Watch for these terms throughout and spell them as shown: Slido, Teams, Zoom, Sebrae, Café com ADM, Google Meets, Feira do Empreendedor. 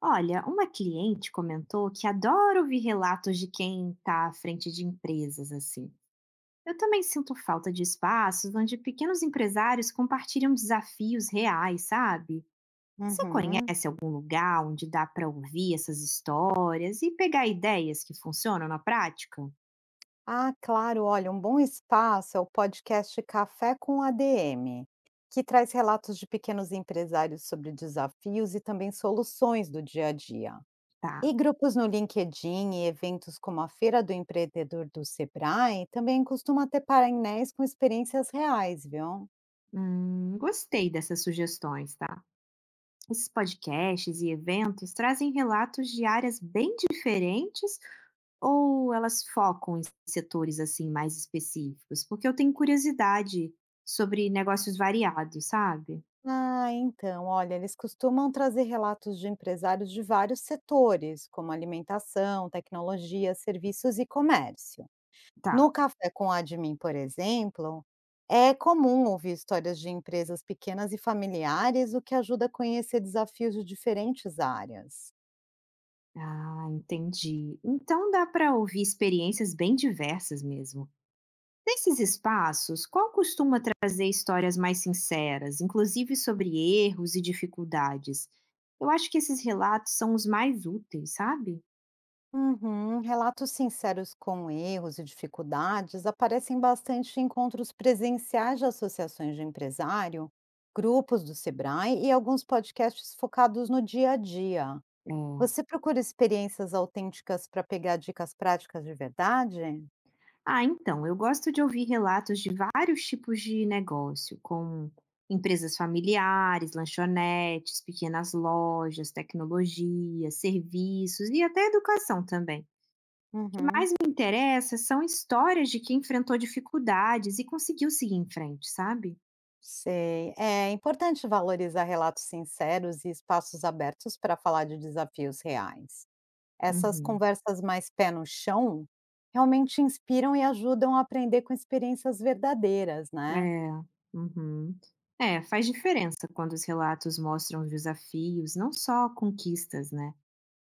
Olha, uma cliente comentou que adora ouvir relatos de quem está à frente de empresas, assim. Eu também sinto falta de espaços onde pequenos empresários compartilham desafios reais, sabe? Você Uhum. conhece algum lugar onde dá para ouvir essas histórias e pegar ideias que funcionam na prática? Ah, claro, olha, um bom espaço é o podcast Café com ADM, que traz relatos de pequenos empresários sobre desafios e também soluções do dia a dia. Tá. E grupos no LinkedIn e eventos como a Feira do Empreendedor do Sebrae também costuma ter painéis com experiências reais, viu? Gostei dessas sugestões, tá? Esses podcasts e eventos trazem relatos de áreas bem diferentes, ou elas focam em setores, assim, mais específicos? Porque eu tenho curiosidade sobre negócios variados, sabe? Ah, então, olha, eles costumam trazer relatos de empresários de vários setores, como alimentação, tecnologia, serviços e comércio. Tá. No Café com Admin, por exemplo, é comum ouvir histórias de empresas pequenas e familiares, o que ajuda a conhecer desafios de diferentes áreas. Ah, entendi. Então dá para ouvir experiências bem diversas mesmo. Nesses espaços, qual costuma trazer histórias mais sinceras, inclusive sobre erros e dificuldades? Eu acho que esses relatos são os mais úteis, sabe? Uhum. Relatos sinceros com erros e dificuldades aparecem bastante em encontros presenciais de associações de empresário, grupos do Sebrae e alguns podcasts focados no dia a dia. É. Você procura experiências autênticas para pegar dicas práticas de verdade? Ah, então, eu gosto de ouvir relatos de vários tipos de negócio, como empresas familiares, lanchonetes, pequenas lojas, tecnologia, serviços e até educação também. O Uhum. que me interessa são histórias de quem enfrentou dificuldades e conseguiu seguir em frente, sabe? Sei. É importante valorizar relatos sinceros e espaços abertos para falar de desafios reais. Essas Uhum. conversas mais pé no chão realmente inspiram e ajudam a aprender com experiências verdadeiras, né? É, uhum. É, faz diferença quando os relatos mostram os desafios, não só conquistas, né?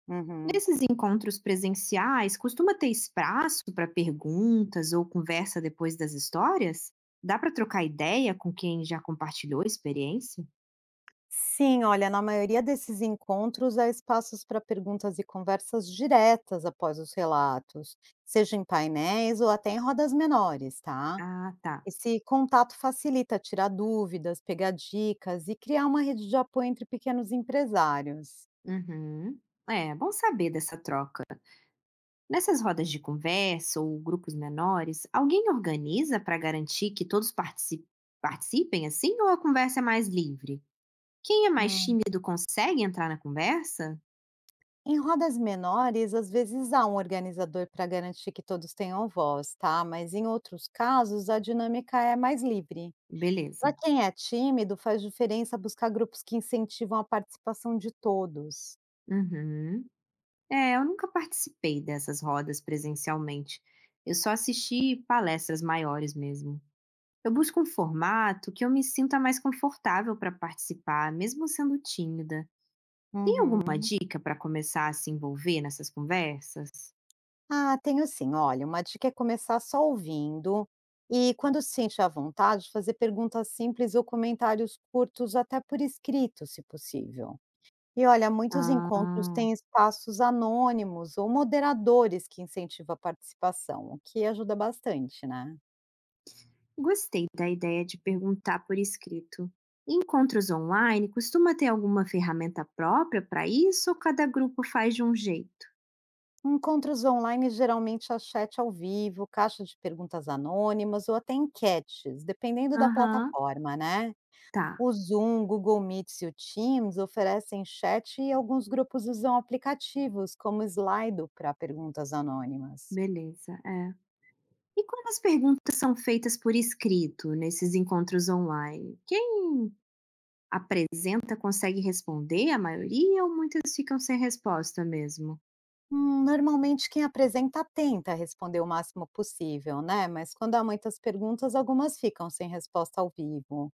Uhum. Nesses encontros presenciais, costuma ter espaço para perguntas ou conversa depois das histórias? Dá para trocar ideia com quem já compartilhou a experiência? Sim, olha, na maioria desses encontros há espaços para perguntas e conversas diretas após os relatos, seja em painéis ou até em rodas menores, tá? Ah, tá. Esse contato facilita tirar dúvidas, pegar dicas e criar uma rede de apoio entre pequenos empresários. Uhum. É, bom saber dessa troca. Nessas rodas de conversa ou grupos menores, alguém organiza para garantir que todos participem assim ou a conversa é mais livre? Quem é mais Hum. tímido consegue entrar na conversa? Em rodas menores, às vezes há um organizador para garantir que todos tenham voz, tá? Mas em outros casos, a dinâmica é mais livre. Para Beleza. quem é tímido, faz diferença buscar grupos que incentivam a participação de todos. Uhum. É, eu nunca participei dessas rodas presencialmente. Eu só assisti palestras maiores mesmo. Eu busco um formato que eu me sinta mais confortável para participar, mesmo sendo tímida. Uma Uhum. dica para começar a se envolver nessas conversas? Ah, tenho sim. Olha, uma dica é começar só ouvindo e, quando se sente à vontade, fazer perguntas simples ou comentários curtos, até por escrito, se possível. E olha, muitos encontros Ah, têm espaços anônimos ou moderadores que incentivam a participação, o que ajuda bastante, né? gostei da ideia de perguntar por escrito. Encontros online costuma ter alguma ferramenta própria para isso ou cada grupo faz de um jeito? Encontros online geralmente há chat ao vivo, caixa de perguntas anônimas ou até enquetes, dependendo da Aham, plataforma, né? tá, O Zoom, Google Meets e o Teams oferecem chat e alguns grupos usam aplicativos como Slido para perguntas anônimas. beleza, é. E quando as perguntas são feitas por escrito nesses encontros online, quem apresenta consegue responder a maioria ou muitas ficam sem resposta mesmo? Hum. Normalmente quem apresenta tenta responder o máximo possível, né? Mas quando há muitas perguntas, algumas ficam sem resposta ao vivo.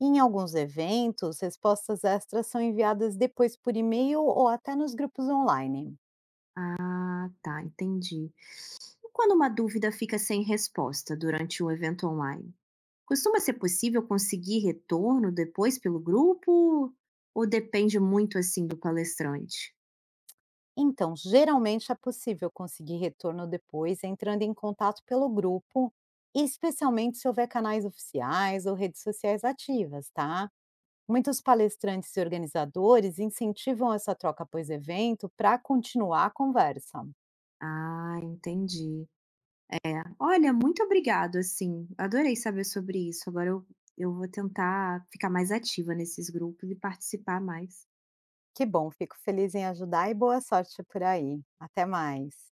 Em alguns eventos, respostas extras são enviadas depois por e-mail ou até nos grupos online. Ah, tá, entendi. E quando uma dúvida fica sem resposta durante um evento online? Costuma ser possível conseguir retorno depois pelo grupo ou depende muito assim do palestrante? Então, geralmente é possível conseguir retorno depois entrando em contato pelo grupo, especialmente se houver canais oficiais ou redes sociais ativas, tá? Muitos palestrantes e organizadores incentivam essa troca após evento para continuar a conversa. Ah, entendi. É. Olha, muito obrigado, assim, adorei saber sobre isso. Agora eu vou tentar ficar mais ativa nesses grupos e participar mais. Que bom, fico feliz em ajudar e boa sorte por aí. Até mais.